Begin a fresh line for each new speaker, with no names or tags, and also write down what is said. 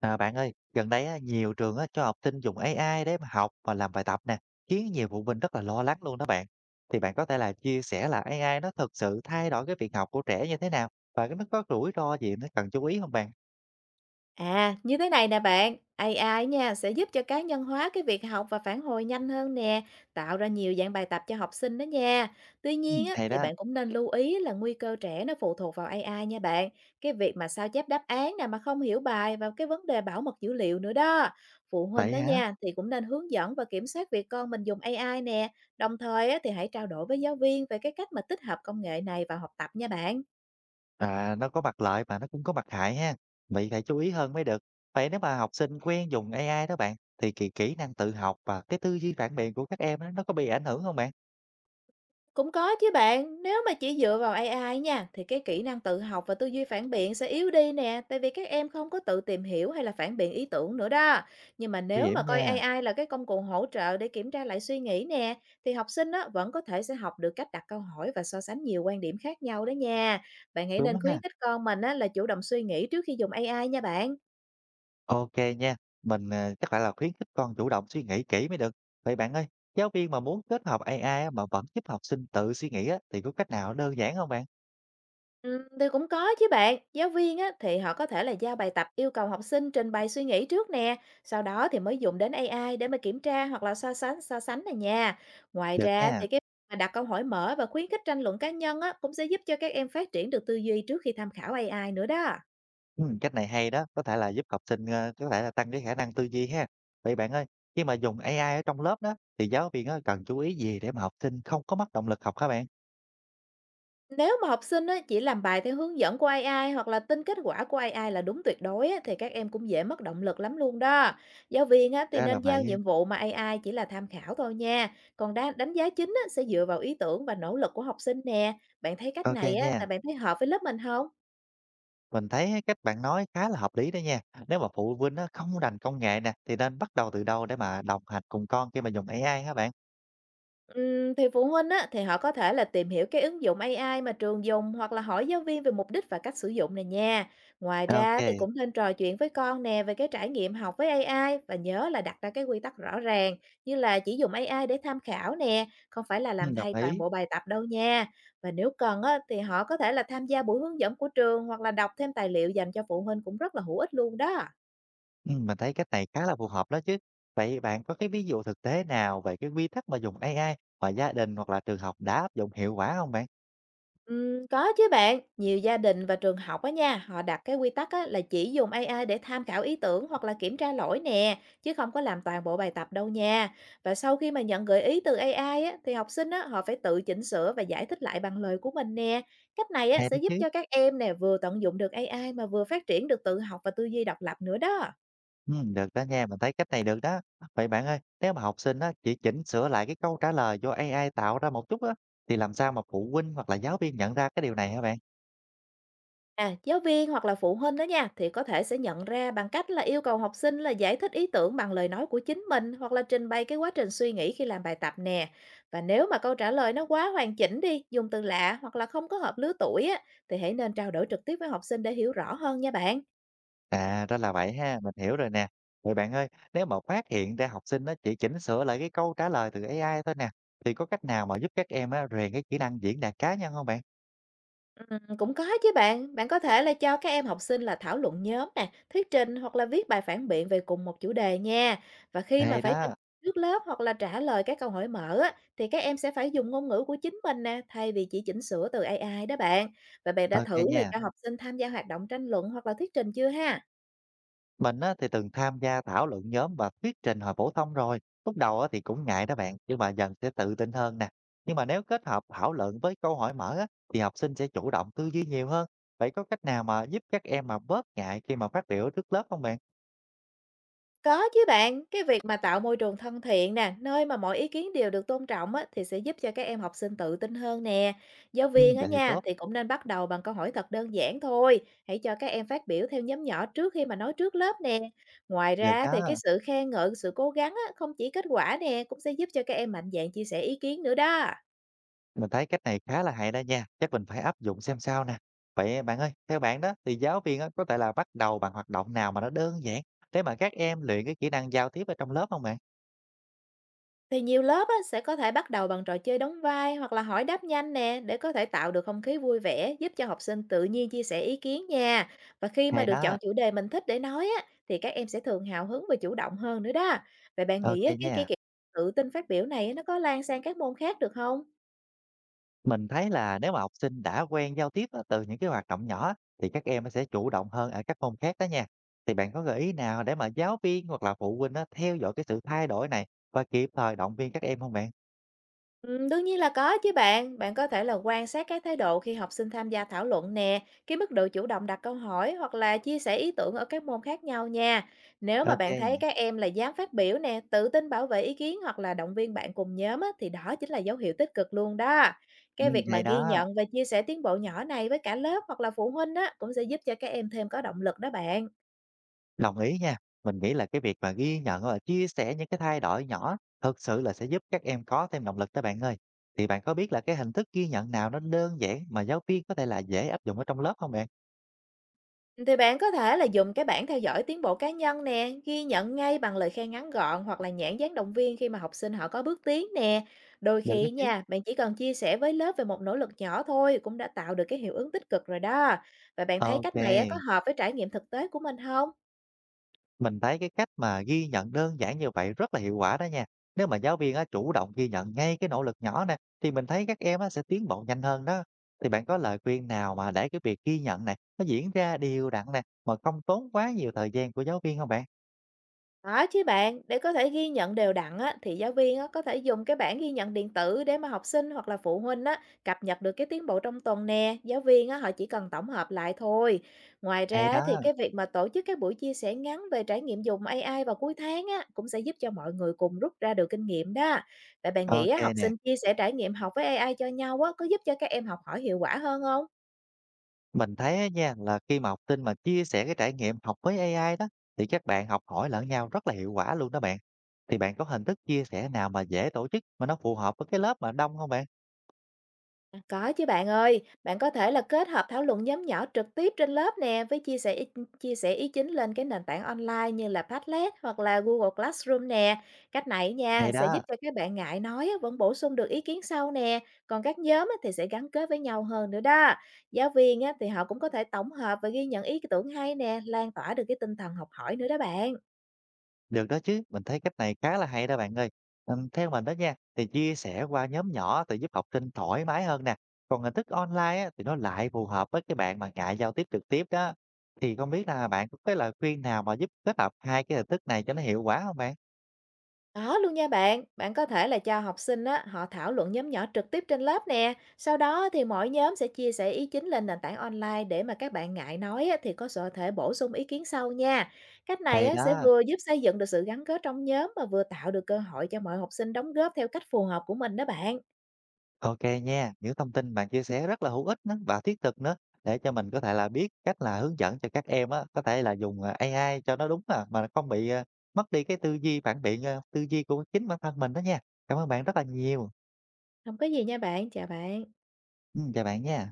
À, bạn ơi, gần đây á, nhiều trường á, cho học sinh dùng AI để mà học và làm bài tập nè, khiến nhiều phụ huynh rất là lo lắng luôn đó bạn. Thì bạn có thể là chia sẻ là AI nó thực sự thay đổi cái việc học của trẻ như thế nào và cái nó có rủi ro gì nó cần chú ý không bạn?
À, như thế này nè bạn, AI nha sẽ giúp cho cá nhân hóa cái việc học và phản hồi nhanh hơn nè, tạo ra nhiều dạng bài tập cho học sinh đó nha. Tuy
Ừ,
nhiên á,
hay
thì
đó,
bạn cũng nên lưu ý là nguy cơ trẻ nó phụ thuộc vào AI nha bạn. Cái việc mà sao chép đáp án nè mà không hiểu bài và cái vấn đề bảo mật dữ liệu nữa đó. Phụ huynh
vậy
đó
hả?
nha thì cũng nên hướng dẫn và kiểm soát việc con mình dùng AI nè. Đồng thời á, thì hãy trao đổi với giáo viên về cái cách mà tích hợp công nghệ này vào học tập nha bạn.
À, nó có mặt lợi mà nó cũng có mặt hại ha. Vậy phải chú ý hơn mới được. Vậy nếu mà học sinh quen dùng AI đó bạn, thì kỹ kỹ năng tự học và cái tư duy phản biện của các em á, nó có bị ảnh hưởng không bạn?
Cũng có chứ bạn, nếu mà chỉ dựa vào AI nha, thì cái kỹ năng tự học và tư duy phản biện sẽ yếu đi nè, tại vì các em không có tự tìm hiểu hay là phản biện ý tưởng nữa đó. Nhưng mà
Nguy
nếu mà
hiểm
coi
nha,
AI là cái công cụ hỗ trợ để kiểm tra lại suy nghĩ nè, thì học sinh á, vẫn có thể sẽ học được cách đặt câu hỏi và so sánh nhiều quan điểm khác nhau đó nha. Bạn hãy
đúng
nên khuyến
ha.
khích con mình á, là chủ động suy nghĩ trước khi dùng AI nha bạn.
OK nha, mình, chắc phải là khuyến khích con chủ động suy nghĩ kỹ mới được. Vậy bạn ơi, giáo viên mà muốn kết hợp AI á, mà vẫn giúp học sinh tự suy nghĩ á, thì có cách nào đơn giản không bạn?
Thì cũng có chứ bạn. Giáo viên á, thì họ có thể là giao bài tập yêu cầu học sinh trình bày suy nghĩ trước nè, sau đó thì mới dùng đến AI để mà kiểm tra hoặc là so sánh này nha. Ngoài
Được
ra
nha,
thì cái mà đặt câu hỏi mở và khuyến khích tranh luận cá nhân á, cũng sẽ giúp cho các em phát triển được tư duy trước khi tham khảo AI nữa đó.
cách này hay đó, có thể là giúp học sinh, có thể là tăng cái khả năng tư duy ha. Vậy bạn ơi, khi mà dùng AI ở trong lớp đó, thì giáo viên á, cần chú ý gì để mà học sinh không có mất động lực học hả bạn?
Nếu mà học sinh á, chỉ làm bài theo hướng dẫn của AI hoặc là tin kết quả của AI là đúng tuyệt đối á, thì các em cũng dễ mất động lực lắm luôn đó. Giáo viên á, thì
Ra
nên
là
giao
vậy,
nhiệm vụ mà AI chỉ là tham khảo thôi nha. Còn đánh giá chính á, sẽ dựa vào ý tưởng và nỗ lực của học sinh nè. Bạn thấy cách
OK
này á,
nha.
là bạn thấy hợp với lớp mình không?
Mình thấy á, cách bạn nói khá là hợp lý đó nha. Nếu mà phụ huynh á, không rành công nghệ nè, thì nên bắt đầu từ đâu để mà đồng hành cùng con khi mà dùng AI hả bạn?
Thì phụ huynh á, thì họ có thể là tìm hiểu cái ứng dụng AI mà trường dùng hoặc là hỏi giáo viên về mục đích và cách sử dụng này nha. Ngoài
OK,
ra thì
kê,
cũng nên trò chuyện với con nè về cái trải nghiệm học với AI và nhớ là đặt ra cái quy tắc rõ ràng như là chỉ dùng AI để tham khảo nè, không phải là làm
đồng
thay toàn
ý.
bộ bài tập đâu nha. Và nếu cần á, thì họ có thể là tham gia buổi hướng dẫn của trường hoặc là đọc thêm tài liệu dành cho phụ huynh cũng rất là hữu ích luôn đó.
Mình thấy cách này khá là phù hợp đó chứ. Vậy bạn có cái ví dụ thực tế nào về cái quy tắc mà dùng AI mà gia đình hoặc là trường học đã áp dụng hiệu quả không bạn?
Có chứ bạn, nhiều gia đình và trường học á nha, họ đặt cái quy tắc á, là chỉ dùng AI để tham khảo ý tưởng hoặc là kiểm tra lỗi nè, chứ không có làm toàn bộ bài tập đâu nha. Và sau khi mà nhận gợi ý từ AI á, thì học sinh á, họ phải tự chỉnh sửa và giải thích lại bằng lời của mình nè. Cách này á,
Hay
sẽ
đó
giúp
chứ.
cho các em nè vừa tận dụng được AI mà vừa phát triển được tự học và tư duy độc lập nữa đó.
Được đó nha, mình thấy cách này được đó. Vậy bạn ơi, nếu mà học sinh á, chỉ chỉnh sửa lại cái câu trả lời do AI tạo ra một chút á, thì làm sao mà phụ huynh hoặc là giáo viên nhận ra cái điều này hả bạn?
À, giáo viên hoặc là phụ huynh đó nha, thì có thể sẽ nhận ra bằng cách là yêu cầu học sinh là giải thích ý tưởng bằng lời nói của chính mình hoặc là trình bày cái quá trình suy nghĩ khi làm bài tập nè. Và nếu mà câu trả lời nó quá hoàn chỉnh đi, dùng từ lạ hoặc là không có hợp lứa tuổi á, thì hãy nên trao đổi trực tiếp với học sinh để hiểu rõ hơn nha bạn.
À, ra là vậy ha, mình hiểu rồi nè. Vậy bạn ơi, nếu mà phát hiện ra học sinh nó chỉ chỉnh sửa lại cái câu trả lời từ AI thôi nè, thì có cách nào mà giúp các em á, rèn cái kỹ năng diễn đạt cá nhân không bạn?
Cũng có chứ bạn. Bạn có thể là cho các em học sinh là thảo luận nhóm nè, thuyết trình hoặc là viết bài phản biện về cùng một chủ đề nha. Và khi mà
Hay
phải trình
đó,
trước lớp hoặc là trả lời các câu hỏi mở á, thì các em sẽ phải dùng ngôn ngữ của chính mình nè, thay vì chỉ chỉnh sửa từ AI đó bạn. Và bạn đã
ok
thử là
nha.
cho học sinh tham gia hoạt động tranh luận hoặc là thuyết trình chưa ha?
Mình á, thì từng tham gia thảo luận nhóm và thuyết trình hồi phổ thông rồi. Lúc đầu á, thì cũng ngại đó bạn, nhưng mà dần sẽ tự tin hơn nè. Nhưng mà nếu kết hợp thảo luận với câu hỏi mở á, thì học sinh sẽ chủ động tư duy nhiều hơn. Vậy có cách nào mà giúp các em mà bớt ngại khi mà phát biểu trước lớp không bạn?
Có chứ bạn, cái việc mà tạo môi trường thân thiện nè, nơi mà mọi ý kiến đều được tôn trọng á, thì sẽ giúp cho các em học sinh tự tin hơn nè. Giáo
Ừ,
viên á
vậy thì
nha,
tốt.
thì cũng nên bắt đầu bằng câu hỏi thật đơn giản thôi. Hãy cho các em phát biểu theo nhóm nhỏ trước khi mà nói trước lớp nè. Ngoài
Được
ra thì cái
đó.
sự khen ngợi, sự cố gắng á, không chỉ kết quả nè, cũng sẽ giúp cho các em mạnh dạn chia sẻ ý kiến nữa đó.
Mình thấy cách này khá là hay đó nha, chắc mình phải áp dụng xem sao nè. Vậy bạn ơi, theo bạn đó thì giáo viên á, có thể là bắt đầu bằng hoạt động nào mà nó đơn giản để mà các em luyện cái kỹ năng giao tiếp ở trong lớp không bạn?
Thì nhiều lớp á, sẽ có thể bắt đầu bằng trò chơi đóng vai hoặc là hỏi đáp nhanh nè để có thể tạo được không khí vui vẻ, giúp cho học sinh tự nhiên chia sẻ ý kiến nha. Và khi mà
Hay
được
đó,
chọn chủ đề mình thích để nói á, thì các em sẽ thường hào hứng và chủ động hơn nữa đó. Vậy bạn nghĩ
ok
á, cái
nha.
kiểu tự tin phát biểu này á, nó có lan sang các môn khác được không?
Mình thấy là nếu mà học sinh đã quen giao tiếp á, từ những cái hoạt động nhỏ thì các em sẽ chủ động hơn ở các môn khác đó nha. Thì bạn có gợi ý nào để mà giáo viên hoặc là phụ huynh á, theo dõi cái sự thay đổi này và kịp thời động viên các em không bạn?
Đương nhiên là có chứ bạn. Bạn có thể là quan sát cái thái độ khi học sinh tham gia thảo luận nè, cái mức độ chủ động đặt câu hỏi hoặc là chia sẻ ý tưởng ở các môn khác nhau nha. Nếu mà bạn thấy
Ok,
các em là dám phát biểu nè, tự tin bảo vệ ý kiến hoặc là động viên bạn cùng nhóm á, thì đó chính là dấu hiệu tích cực luôn đó.
ừ,
Cái việc mà
hay
ghi
đó.
nhận và chia sẻ tiến bộ nhỏ này với cả lớp hoặc là phụ huynh á, cũng sẽ giúp cho các em thêm có động lực đó bạn.
Đồng ý nha. Mình nghĩ là cái việc mà ghi nhận và chia sẻ những cái thay đổi nhỏ thực sự là sẽ giúp các em có thêm động lực đó bạn ơi. Thì bạn có biết là cái hình thức ghi nhận nào nó đơn giản mà giáo viên có thể là dễ áp dụng ở trong lớp không bạn?
Thì bạn có thể là dùng cái bảng theo dõi tiến bộ cá nhân nè, ghi nhận ngay bằng lời khen ngắn gọn hoặc là nhãn dán động viên khi mà học sinh họ có bước tiến nè. Đôi
Được đó
khi
chứ.
nha, bạn chỉ cần chia sẻ với lớp về một nỗ lực nhỏ thôi cũng đã tạo được cái hiệu ứng tích cực rồi đó. Và bạn thấy
Ok,
cách này á, có hợp với trải nghiệm thực tế của mình không?
mình thấy cái cách mà ghi nhận đơn giản như vậy rất là hiệu quả đó nha. Nếu mà giáo viên á, chủ động ghi nhận ngay cái nỗ lực nhỏ nè, thì mình thấy các em á, sẽ tiến bộ nhanh hơn đó. Thì bạn có lời khuyên nào mà để cái việc ghi nhận này nó diễn ra đều đặn nè, mà không tốn quá nhiều thời gian của giáo viên không bạn?
Có chứ bạn, để có thể ghi nhận đều đặn á, thì giáo viên á, có thể dùng cái bảng ghi nhận điện tử để mà học sinh hoặc là phụ huynh á, cập nhật được cái tiến bộ trong tuần nè. Giáo viên á, họ chỉ cần tổng hợp lại thôi. Ngoài
Hay
ra thì
đó.
cái việc mà tổ chức các buổi chia sẻ ngắn về trải nghiệm dùng AI vào cuối tháng á, cũng sẽ giúp cho mọi người cùng rút ra được kinh nghiệm đó. Vậy bạn nghĩ á, học
OK nè,
sinh chia sẻ trải nghiệm học với AI cho nhau á, có giúp cho các em học hỏi hiệu quả hơn không?
mình thấy á nha, là khi mà học sinh mà chia sẻ cái trải nghiệm học với AI đó, thì các bạn học hỏi lẫn nhau rất là hiệu quả luôn đó bạn. Thì bạn có hình thức chia sẻ nào mà dễ tổ chức mà nó phù hợp với cái lớp mà đông không bạn?
À, có chứ bạn ơi, bạn có thể là kết hợp thảo luận nhóm nhỏ trực tiếp trên lớp nè với chia sẻ ý chính lên cái nền tảng online như là Padlet hoặc là Google Classroom nè. Cách này nha
Hay
sẽ giúp
đó,
cho các bạn ngại nói á, vẫn bổ sung được ý kiến sau nè, còn các nhóm á thì sẽ gắn kết với nhau hơn nữa đó. Giáo viên á thì họ cũng có thể tổng hợp và ghi nhận ý tưởng hay nè, lan tỏa được cái tinh thần học hỏi nữa đó bạn.
được đó chứ, mình thấy cách này khá là hay đó bạn ơi. Theo mình đó nha, thì chia sẻ qua nhóm nhỏ thì giúp học sinh thoải mái hơn nè, còn hình thức online á, thì nó lại phù hợp với cái bạn mà ngại giao tiếp trực tiếp đó. Thì không biết là bạn có cái lời khuyên nào mà giúp kết hợp hai cái hình thức này cho nó hiệu quả không bạn?
Đó luôn nha bạn, bạn có thể là cho học sinh á, họ thảo luận nhóm nhỏ trực tiếp trên lớp nè. Sau đó thì mỗi nhóm sẽ chia sẻ ý chính lên nền tảng online để mà các bạn ngại nói á, thì có sở thể bổ sung ý kiến sau nha. Cách này
Hay
á, sẽ
đó.
vừa giúp xây dựng được sự gắn kết trong nhóm mà vừa tạo được cơ hội cho mọi học sinh đóng góp theo cách phù hợp của mình đó bạn.
Ok nha, những thông tin bạn chia sẻ rất là hữu ích nữa và thiết thực nữa để cho mình có thể là biết cách là hướng dẫn cho các em á, có thể là dùng AI cho nó đúng mà không bị mất đi cái tư duy phản biện tư duy của chính bản thân mình đó nha. Cảm ơn bạn rất là nhiều.
Không có gì nha bạn, chào bạn.
Ừ, chào bạn nha.